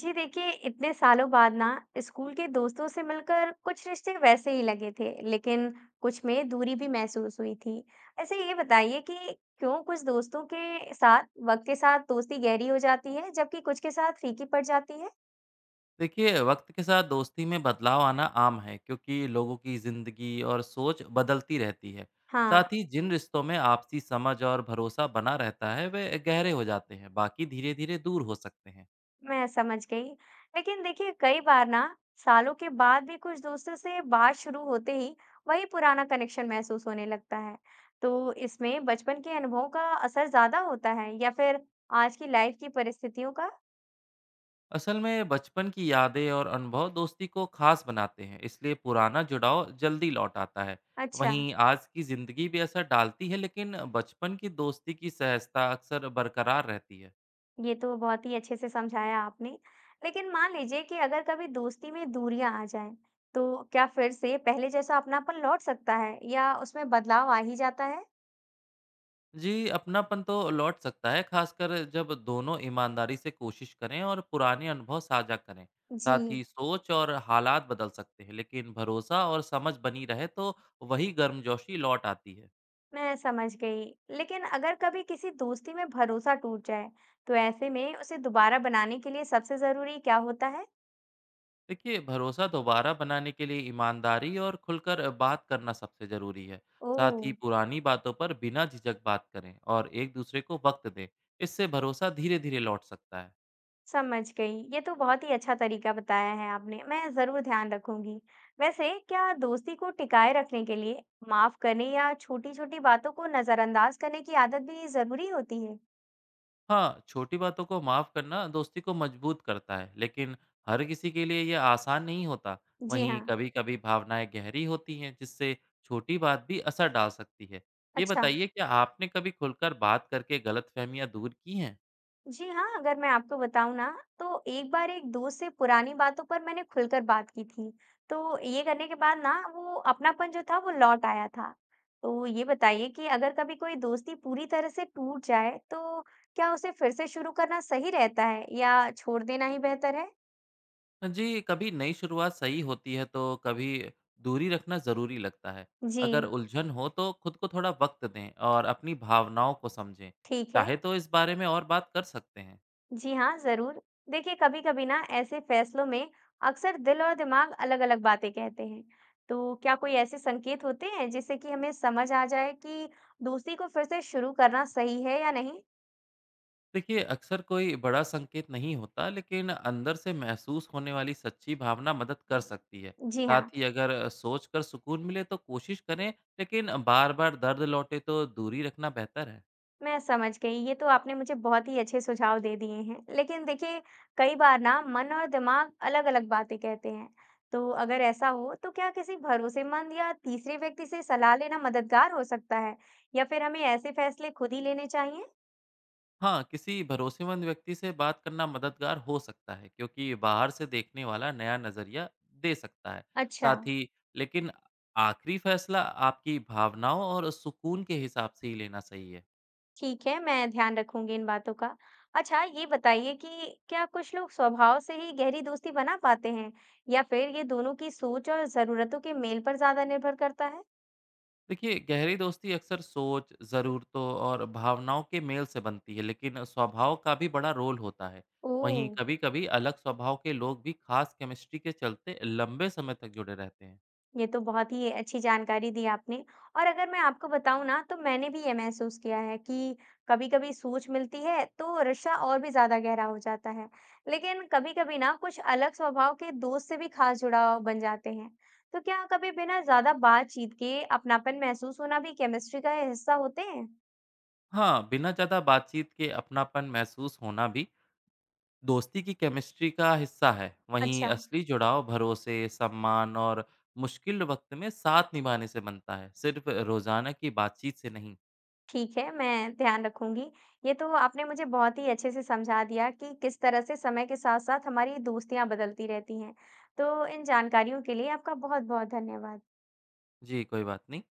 जी देखिए, इतने सालों बाद ना स्कूल के दोस्तों से मिलकर कुछ रिश्ते वैसे ही लगे थे, लेकिन कुछ में दूरी भी महसूस हुई थी। ऐसे ये बताइए कि क्यों कुछ दोस्तों के साथ वक्त के साथ दोस्ती गहरी हो जाती है जबकि कुछ के साथ फीकी पड़ जाती है। देखिए, वक्त के साथ दोस्ती में बदलाव आना आम है क्योंकि लोगों की ज़िंदगी और सोच बदलती रहती है। हाँ। साथ ही जिन रिश्तों में आपसी समझ और भरोसा बना रहता है, वे गहरे हो जाते हैं, बाकी धीरे धीरे दूर हो सकते हैं। मैं समझ गई। लेकिन देखिए, कई बार ना सालों के बाद भी कुछ दोस्तों से बात शुरू होते ही वही पुराना कनेक्शन महसूस होने लगता है। तो इसमें बचपन के अनुभवों का असर ज्यादा होता है या फिर आज की लाइफ की परिस्थितियों का? असल में बचपन की यादें और अनुभव दोस्ती को खास बनाते हैं, इसलिए पुराना जुड़ाव जल्दी लौट आता है। अच्छा। वहीं आज की ज़िंदगी भी असर डालती है, लेकिन बचपन की दोस्ती की सहजता अक्सर बरकरार रहती है। ये तो बहुत ही अच्छे से समझाया आपने। लेकिन मान लीजिए कि अगर कभी दोस्ती में दूरियां आ जाएं तो क्या फिर से पहले जैसा अपनापन लौट सकता है या उसमें बदलाव आ ही जाता है? जी, अपनापन तो लौट सकता है, खासकर जब दोनों ईमानदारी से कोशिश करें और पुराने अनुभव साझा करें। साथ ही जी। सोच और हालात बदल सकते हैं, लेकिन भरोसा और समझ बनी रहे तो वही गर्मजोशी लौट आती है। मैं समझ गई। लेकिन अगर कभी किसी दोस्ती में भरोसा टूट जाए तो ऐसे में उसे दोबारा बनाने के लिए सबसे जरूरी क्या होता है? देखिए, भरोसा दोबारा बनाने के लिए ईमानदारी और खुलकर बात करना सबसे ज़रूरी है। ओह। साथ ही पुरानी बातों पर बिना झिझक बात करें और एक दूसरे को वक्त दें। इससे भरोसा धीरे-धीरे लौट सकता है। समझ गई, ये तो बहुत ही अच्छा तरीका बताया है आपने, मैं जरूर ध्यान रखूंगी। वैसे क्या दोस्ती को टिकाए रखने के लिए माफ करने या छोटी छोटी बातों को नजरअंदाज करने की आदत भी जरूरी होती है? हाँ, छोटी बातों को माफ़ करना दोस्ती को मजबूत करता है, लेकिन हर किसी के लिए यह आसान नहीं होता। जी वहीं हाँ। कभी-कभी भावनाएँ गहरी होती हैं, जिससे छोटी बात भी असर डाल सकती है। ये अच्छा। बताइए, क्या आपने कभी खुलकर बात करके गलतफ़हमियाँ दूर की हैं? जी हाँ, अगर मैं आपको बताऊँ ना, तो एक बार एक दोस्त से पुरानी बातों पर मैंने खुलकर बात की थी। तो ये करने के बाद ना वो अपनापन जो था वो लौट आया था। तो ये बताइए कि अगर कभी कोई दोस्ती पूरी तरह से टूट जाए, तो क्या उसे फिर से शुरू करना सही रहता है या छोड़ देना ही बेहतर है? हाँ जी, कभी नई शुरुआत सही होती है, तो कभी दूरी रखना ज़रूरी लगता है। अगर जी। उलझन हो, तो खुद को थोड़ा वक़्त दें और अपनी भावनाओं को समझें। ठीक है। चाहे तो इस बारे में और बात कर सकते हैं। जी हाँ, ज़रूर। देखिए, कभी-कभी ना ऐसे फैसलों में अक्सर दिल और दिमाग अलग-अलग बातें कहते हैं। तो क्या कोई ऐसे संकेत होते हैं जिससे कि हमें समझ आ जाए कि दोस्ती को फिर से शुरू करना सही है या नहीं? देखिए, अक्सर कोई बड़ा संकेत नहीं होता, लेकिन अंदर से महसूस होने वाली सच्ची भावना मदद कर सकती है। जी हाँ। साथ ही अगर सोच कर सुकून मिले तो कोशिश करें, लेकिन बार बार दर्द लौटे तो दूरी रखना बेहतर है। मैं समझ गई। ये तो आपने मुझे बहुत ही अच्छे सुझाव दे दिए हैं। लेकिन देखिए, कई बार ना मन और दिमाग अलग-अलग बातें कहते हैं। तो अगर ऐसा हो, तो क्या किसी भरोसेमंद या तीसरे व्यक्ति से सलाह लेना मददगार हो सकता है? या फिर हमें ऐसे फैसले खुद ही लेने चाहिए? हाँ, किसी भरोसेमंद व्यक्ति से बात करना मददगार हो सकता है क्योंकि बाहर से देखने वाला नया नज़रिया दे सकता है। अच्छा। साथ ही लेकिन आखिरी फैसला आपकी भावनाओं और सुकून के हिसाब से ही लेना सही है। ठीक है, मैं ध्यान रखूँगी इन बातों का। अच्छा, ये बताइए कि क्या कुछ लोग स्वभाव से ही गहरी दोस्ती बना पाते हैं या फिर ये दोनों की सोच और ज़रूरतों के मेल पर ज़्यादा निर्भर करता है? देखिए, गहरी दोस्ती अक्सर सोच, ज़रूरतों और भावनाओं के मेल से बनती है, लेकिन स्वभाव का भी बड़ा रोल होता है। ओह! वहीं कभी-कभी अलग स्वभाव के लोग भी खास केमिस्ट्री के चलते लंबे समय तक जुड़े रहते हैं। ये तो बहुत ही अच्छी जानकारी दी आपने। और अगर मैं आपको बताऊं ना तो मैंने भी ये महसूस किया है कि कभी-कभी सोच मिलती है तो रिश्ता और भी ज्यादा गहरा हो जाता है, लेकिन कभी-कभी ना कुछ अलग स्वभाव के दोस्त से भी खास जुड़ाव बन जाते हैं। तो क्या कभी बिना ज्यादा बातचीत के अपनापन महसूस होना भी केमिस्ट्री का हिस्सा होते हैं? हाँ, बिना ज़्यादा बातचीत के अपनापन महसूस होना भी दोस्ती की केमिस्ट्री का हिस्सा है। वहीं अच्छा। असली जुड़ाव भरोसे, सम्मान और मुश्किल वक्त में साथ निभाने से बनता है, सिर्फ रोज़ाना की बातचीत से नहीं। ठीक है, मैं ध्यान रखूँगी। ये तो आपने मुझे बहुत ही अच्छे से समझा दिया कि किस तरह से समय के साथ-साथ हमारी दोस्तियाँ बदलती रहती हैं। तो इन जानकारियों के लिए आपका बहुत-बहुत धन्यवाद। जी, कोई बात नहीं।